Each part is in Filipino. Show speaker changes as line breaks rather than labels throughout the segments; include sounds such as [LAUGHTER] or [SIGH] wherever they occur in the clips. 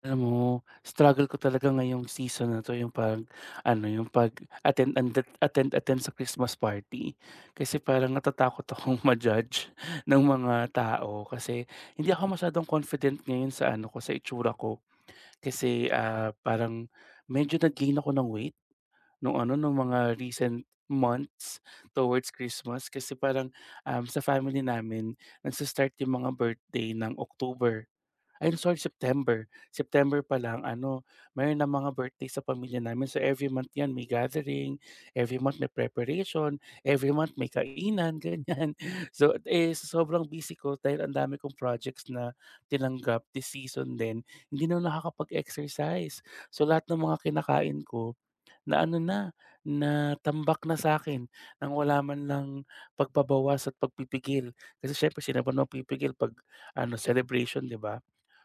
Alam mo, struggle ko talaga ngayong season na 'to yung pag yung pag-attend and attend-attend sa Christmas party. Kasi parang natatakot akong [LAUGHS] ma-judge ng mga tao kasi hindi ako masyadong confident ngayon sa ano ko, sa itsura ko. Kasi, parang medyo nag-gain ako ng weight nung mga recent months towards Christmas kasi parang, sa family namin nagsa-start yung mga birthday ng October. I'm sorry, September. September pa lang ano, mayroon na mga birthday sa pamilya namin. So every month 'yan may gathering, every month may preparation, every month may kainan, [LAUGHS] ganyan. So, eh, sobrang busy ko dahil ang dami kong projects na tinanggap this season din. Hindi na ako nakakapag-exercise. So lahat ng mga kinakain ko na ano na, na tambak na sa akin nang wala man lang pagbabawas at pagpipigil. Kasi syempre sino ba naman pipigil pag ano celebration, 'di ba?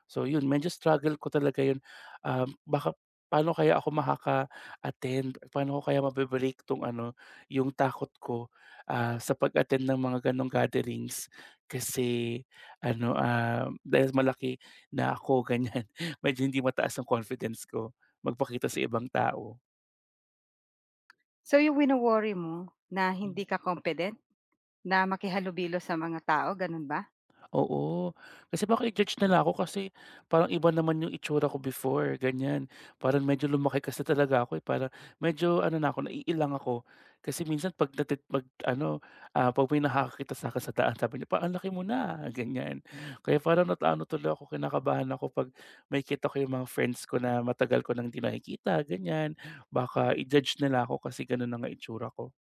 So yun, medyo struggle ko talaga yun. Baka paano kaya ako makaka-attend? Paano ko kaya mabe-break tong ano, yung takot ko, sa pag-attend ng mga ganong gatherings? Kasi ano, dahil malaki na ako, [LAUGHS] ganyan. Medyo hindi mataas ang confidence ko magpakita sa ibang tao.
So, yung wino-worry mo na hindi ka competent na makihalubilo sa mga tao, gano'n ba?
Oo, kasi baka i-judge nila ako kasi parang iba naman yung itsura ko before, ganyan. Parang medyo lumaki kasi talaga ako, eh, parang medyo ano na ako, naiilang ako. Kasi minsan 'pag nati 'pag ano, ah, 'pag may nakakakita sa'kin sa daan sabi niya, "Pa laki mo na," ganyan. Kaya parang nataano tuloy ako, kinakabahan ako 'pag may kita ko yung mga friends ko na matagal ko nang 'di nakikita, ganyan. Baka i-judge nila ako kasi gano'n na nga itsura ko.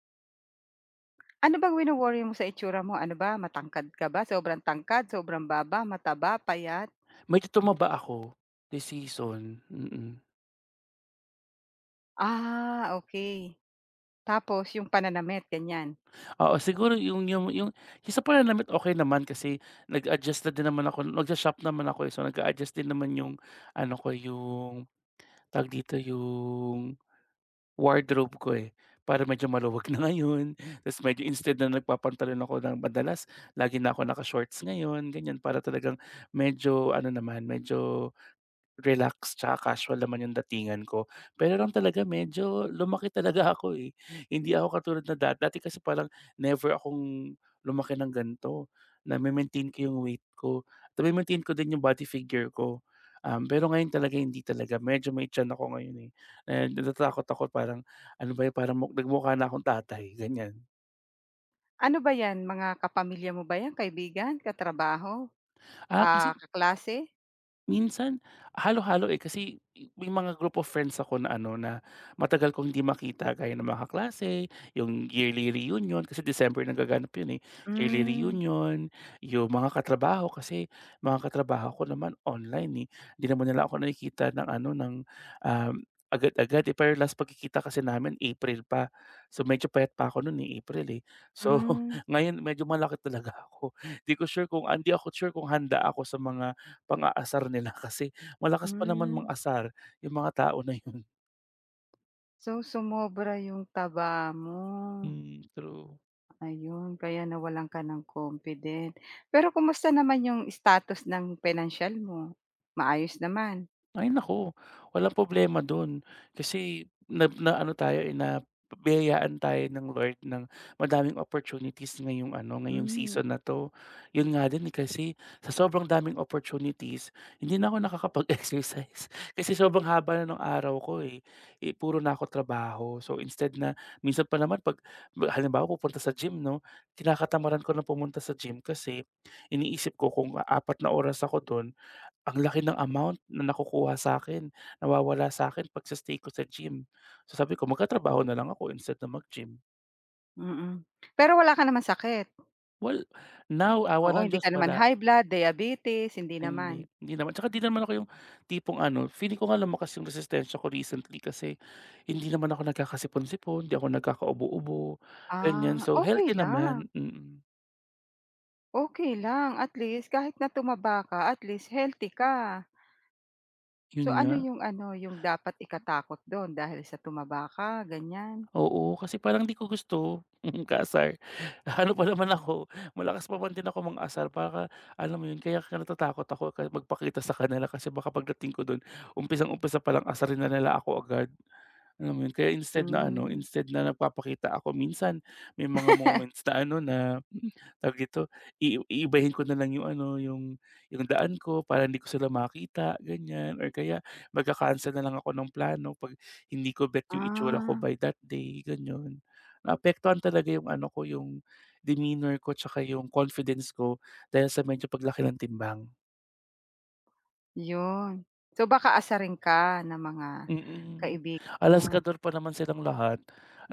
Ano bang wino-worry mo sa itsura mo? Ano ba, matangkad ka ba? Sobrang tangkad, sobrang baba, mataba, payat?
Medyo tumaba ako this season. Mm. Mm.
Ah, okay. Tapos yung pananamit, ganyan.
Oo, siguro yung sa pananamit okay naman kasi nag-adjust na din naman ako, nag shop naman ako, eh. So, nag adjust din naman yung ano ko, yung tawag dito, yung wardrobe ko, eh. Para medyo maluwag na [LAUGHS] ngayon, ta's medyo instead na nagpapantalon ako ng madalas, lagi na ako naka-shorts ngayon, ganyan. Para talagang medyo ano naman, medyo relax tsaka casual naman yung datingan ko. Pero lang talaga medyo lumaki talaga [LAUGHS] ako, eh. Hindi ako katulad na dati kasi parang never akong lumaki ng ganito. Name-maintain ko yung weight ko, name-maintain ko din yung body figure ko. Pero ngayon talaga hindi talaga, medyo may tiyan ako ngayon, eh. Eh, natatakot ako parang ano ba 'yun, parang nagmukha na akong tatay, ganyan.
Ano ba 'yan, mga kapamilya mo ba 'yan, kaibigan, katrabaho,
Ah,
ah,
kasi
kaklase?
minsan halo-halo, eh, kasi may mga group of friends ako na ano, na matagal kong hindi makita gaya ng mga kaklase, yung yearly reunion kasi December nagaganap yun, eh, yearly
Hmm,
reunion, yung mga katrabaho kasi mga katrabaho ko naman online, eh, hindi naman nila ako nakikita ng ano, um, agad-agad, eh, pero last pagkikita kasi namin April pa. So, medyo payat pa ako nun, eh, April, eh. So,
hmm,
[LAUGHS] ngayon medyo malaki talaga ako, 'di ko sure kung ah, hindi ako sure kung handa ako sa mga pang-aasar nila [LAUGHS] kasi malakas pa naman
hmm.
mang-asar yung mga tao na yun.
So, sumobra yung taba mo.
Hmm, true.
Ayun, kaya nawalan ka ng confident. Pero kumusta naman yung status ng pinansiyal mo? Maayos naman?
Ay naku, walang problema dun. Kasi naano tayo, eh, nabiyayaan tayo ng Lord ng madaming opportunities ngayong ano, ngayong
Hmm,
season na 'to. Yun nga din, eh, kasi sa sobrang daming opportunities, hindi na ako nakakapag-exercise [LAUGHS] kasi sobrang haba na ng araw ko, eh. Eh, puro na ako trabaho. So, instead na minsan pa naman 'pag halimbawa pupunta sa gym 'no, kinakatamaran ko na pumunta sa gym kasi iniisip ko kung apat na oras ako dun ang laki ng amount na nakukuha sa akin nawawala sa'kin 'pag sa stay ko sa gym. So sabi ko magtatrabaho na lang ako instead na mag-gym.
mm. Pero wala ka naman sakit?
Well, now awa
Oo,
ng
hindi ka
Diyos
naman
wala,
high blood, diabetes, hindi naman?
hindi, hindi naman. Tsaka 'di naman ako yung tipong ano, feeling ko nga lumakas yung resistensya ko recently kasi hindi naman ako nagkakasipon-sipon, 'di ako nagkakaubo-ubo, ganyan.
Ah,
So
okey
healthy
lang,
naman. Mm,
okey lang. At least kahit na tumaba ka, at least healthy ka.
yun
So,
nga.
ano, yung dapat ikatakot dun dahil sa tumaba ka, ganyan?
Oo, kasi parang di ko gusto [LAUGHS] kaasar. Ano pa naman ako, malakas pa man din ako mga asar para alam mo yun, kaya ka natatakot ako ka magpakita sa kanila kasi baka pagdating ko dun, umpisang-umpisa palang asarin na nila ako agad. Alam mo yun, kaya instead na ano,
Hmm.
instead na nagpapakita ako minsan may mga moments
[LAUGHS]
na ano na, hmm, tawag dito, iibahin ko na lang yung ano, yung daan ko para hindi ko sila makita, ganyan. Or kaya magka-cancel na lang ako ng plano 'pag hindi ko bet yung itsura ko
Ah.
by that day, ganyan. Naapektuhan talaga yung ano ko, yung demeanor ko 'tsaka yung confidence ko dahil sa medyo paglaki ng timbang.
Yun. So, baka asarin ka ng mga
Mm,
kaibigan mo,
alaskador pa naman silang lahat.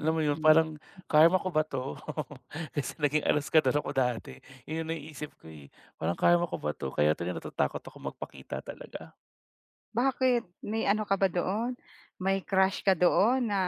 Alam mo yun parang karma ko ba 'to? [LAUGHS] Kasi naging alaskador ako dati, yun yung naiisip ko, eh, parang karma ko ba 'to kaya tuloy natatakot ako magpakita talaga.
Bakit may ano ka ba doon, may crush ka doon na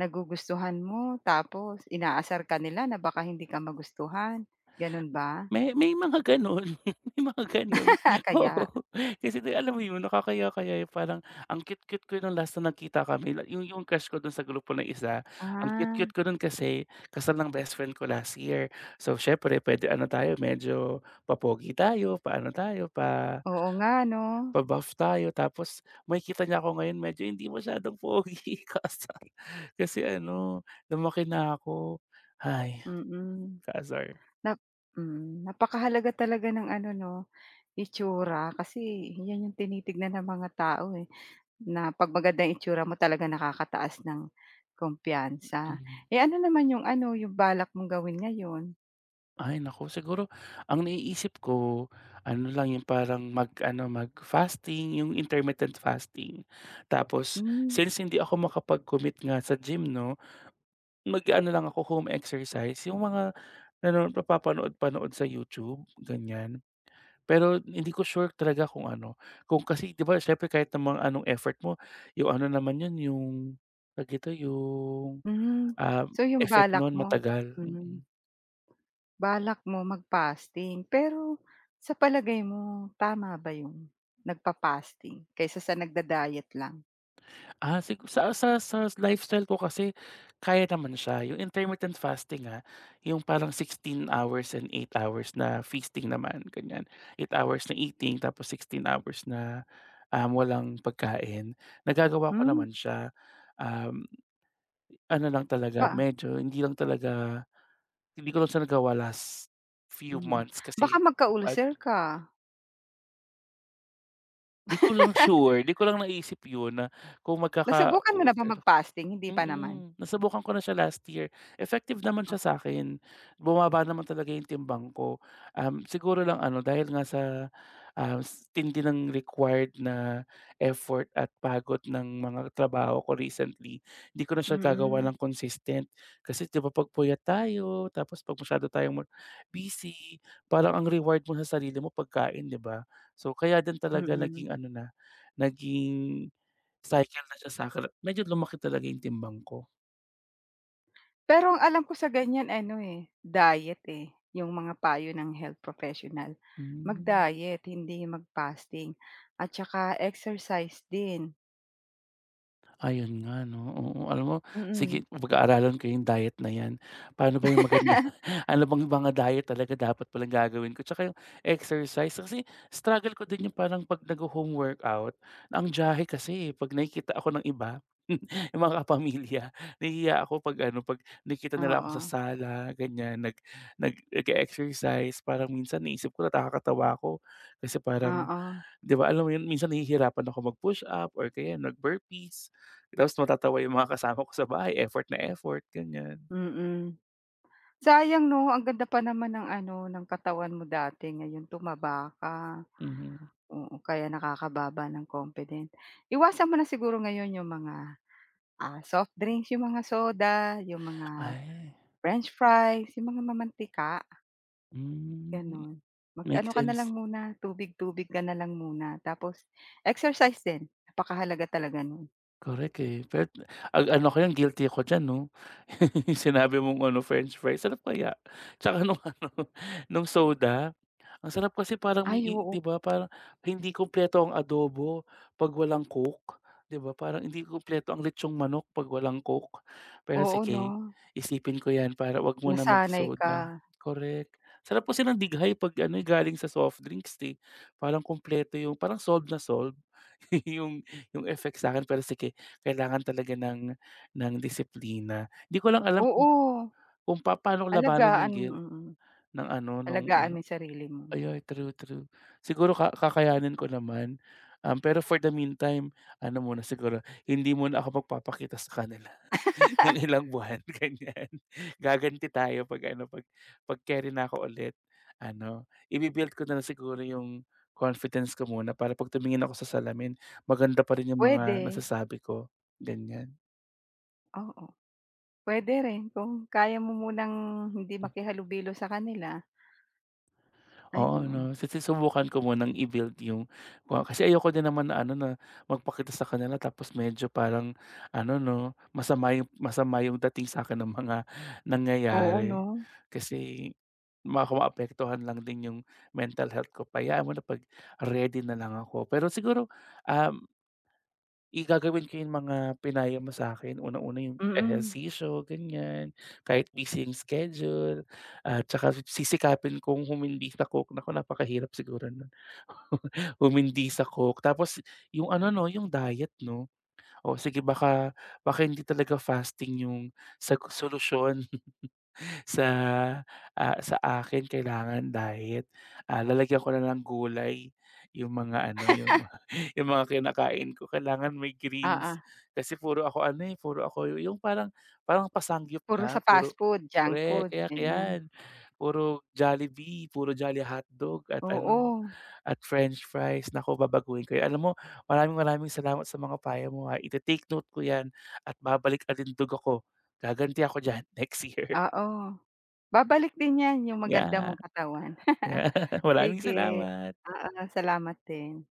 nagugustuhan mo tapos inaasar ka nila na baka hindi ka magustuhan, gano'n ba?
May mga gano'n, [LAUGHS] may mga gano'n,
[LAUGHS] Kaya
oo. Kasi di alam mo yun, nakakaya-kaya yung parang ang cute-cute ko nung last na nagkita kami, la yung crush ko dun sa grupo na isa, ang
ah,
cute-cute ko nun kasi kasal ng best friend ko last year. So siyempre puwede ano tayo, medyo pa-pogi tayo, pa-ano tayo,
oo nga 'no,
pa-buff tayo. Tapos makikita niya ako ngayon medyo hindi masyadong pogi, [LAUGHS] kasar. Kasi ano, lumaki na ako. Hay,
mm.
kasar.
Nap Napakahalaga talaga ng ano 'no, itsura kasi 'yan yung tinitignan ng mga tao, eh. Na 'pag maganda yung itsura mo talaga nakakataas ng kumpiyansa.
Mhm.
Eh, ano naman yung ano, yung balak mong gawin ngayon?
Ay naku, siguro ang naiisip ko ano lang yung parang mag-ano, mag-fasting, yung intermittent fasting. Tapos
Hmm,
since hindi ako makapag-commit nga sa gym 'no, mag-aano lang ako home exercise, yung mga papapanood-panood sa YouTube, ganyan. Pero hindi ko sure talaga kung ano, kung kasi 'di ba siyempre kahit naman anong effort mo, yung ano naman yun, yung tawag dito,
hmm.
um,
So, yung
effect
balak
nun
mo
matagal.
hmm,
Mm.
balak mo mag-fasting pero sa palagay mo tama ba yung nagfa-fasting kaysa sa nagda-diet lang?
Ah, sa lifestyle ko kasi kaya naman siya. Yung intermittent fasting, ah, yung parang 16 hours and 8 hours na feasting naman, ganyan. 8 hours na eating tapos 16 hours na, walang pagkain. Nagagawa ko
Hmm,
naman siya, um, ano lang talaga
ba
medyo hindi ko lang siya nagawa last few
mm.
months
Baka
kasi at
magka-ulcer ka.
'di ko lang sure, 'di ko lang naisip yun na kung magkaka—
Nasubukan mo na ba mag-fasting, hindi pa naman?
Mm, nasubukan ko na siya last year. Effective naman
Oh,
siya sa akin bumaba naman talaga yung timbang ko. Siguro lang ano dahil nga sa, tindi ng required na effort at pagod ng mga trabaho ko recently, hindi ko na siya nagagawa ng
mm,
consistent. Kasi 'di ba 'pag puyat tayo tapos 'pag masyado tayong busy, parang ang reward mo sa sarili mo pagkain, 'di ba? So kaya din talaga
mm.
naging ano na, naging cycle na siya sa'kin at medyo lumaki talaga yung timbang ko.
Pero ang alam ko sa ganyan ano, eh, diet, eh, yung mga payo ng health professional.
Hmm,
Mag-diet, hindi mag-fasting at saka exercise din.
ayun nga 'no, oo. Alam mo
Mm.
sige pag-aaralan ko yung diet na yan. Paano ba yung maganda
[LAUGHS]
[LAUGHS] ano bang mga diet talaga dapat palang gagawin ko tsaka yung exercise kasi struggle ko din yung parang 'pag nagho-home workout, ang jahe kasi, eh, 'pag nakikita ako ng iba, [LAUGHS] yung mga kapamilya, nahihiya ako 'pag ano, 'pag nakikita nila ako sa
Oo,
sala ganyan nag nag nag-e-exercise parang minsan iniisip ko nakakatawa ako kasi parang
oo,
'di ba alam mo yun minsan nahihirapan ako mag-push up or kaya nag-burpees, tapos natatawa yung mga kasama ko sa bahay effort na effort, ganyan.
mm. Sayang 'no, ang ganda pa naman ng ano, ng katawan mo dati ngayon tumaba ka.
Mhm.
Oo, kaya nakakababa ng confident. Iwasan mo na siguro ngayon yung mga, soft drinks, yung mga soda, yung mga
Ay,
french fries, yung mga mamantika.
hmm,
Gano'n.
make
Mag-ano
[LAUGHS]
ka na lang
sense.
muna, tubig-tubig ka na lang muna tapos exercise din, napakahalaga talaga no'n.
Correct, eh, pero ang ano ko yan guilty ako diyan 'no, [LAUGHS] yung sinabi mong ano french fries, sarap kaya? Tsaka nung [LAUGHS] ano, nung soda. Ang sarap kasi parang may
Ay
i
oo,
'di ba parang hindi kumpleto ang adobo 'pag walang coke, 'di ba? Parang hindi kumpleto ang litsong manok 'pag walang coke. Pero
oo 'no,
sige, isipin ko 'yan para 'wag muna
nasanay ka.
mag-soda. Correct. Sarap kasi ng dighay 'pag ano, eh, galing sa soft drinks, eh. Parang kumpleto yung parang solved na solved [LAUGHS] yung yung effect sa'kin. Pero sige, kailangan talaga ng disiplina. Di ko lang alam kung
Oo,
paano ko labanan yung
alagaan mo,
guilt
mm.
ng ano, nung
Alagaan
ano—
mo 'yung sarili mo.
Ay, true, true. Siguro ka kakayanin ko naman, pero for the meantime ano muna siguro, hindi muna ako magpapakita sa kanila [LAUGHS] ng
[LAUGHS]
ilang buwan, [LAUGHS] ganyan. Gaganti tayo 'pag ano, 'pag carry na ako ulit, ano, ibi ko na lang siguro yung confidence ko muna para 'pag tumingin ako sa salamin maganda pa rin yung mga
Puwede,
nasasabi ko, ganyan.
oo. Pwede rin kung kaya mo munang hindi makihalubilo sa kanila,
Oo
ayun.
'no, susubukan ko munang i-build yung kasi ayoko din naman na ano na magpakita sa kanila tapos medyo parang ano 'no, masama yung dating sa'kin ng mga
Oo 'no,
nangyayari. Kasi baka maapektuhan lang din yung mental health ko. Payaan mo na 'pag ready na lang ako. Pero siguro, um gagawin ko yung mga pinayo mo sa'kin. Unang-una yung
mm.
ehersisyo, ganyan, kahit busy yung schedule at tsaka sisikapin kong humindi sa Coke. Naku, napakahirap siguro nun, [LAUGHS] humindi sa Coke. Tapos yung ano 'no, yung diet 'no. O sige baka baka hindi talaga fasting yung sa solusyon. Sa, ah, sa akin kailangan diet, ah, lalagyan ko na ng gulay yung mga ano, yung mga [LAUGHS] yung mga kinakain ko kailangan may
Ah, ah.
greens. Kasi puro ako ano, eh, puro ako yung parang parang pasangyup
Puro
na
sa fast
puro
food, junk
korek,
food,
yak
ganiyan.
'yan. Puro Jollibee, puro Jolly Hotdog at ano,
Oo,
at french fries. Naku, babaguhin ko 'yan. Alam mo, maraming maraming salamat sa mga payo mo, ha. Ite-take note ko 'yan at babalik-alindog ako. Gaganti ako diyan [LAUGHS] next year.
oo. Babalik din 'yan, yung maganda
Yeah.
mong katawan. [LAUGHS]
Yeah, [LAUGHS] maraming
Sige,
salamat.
oo, salamat din.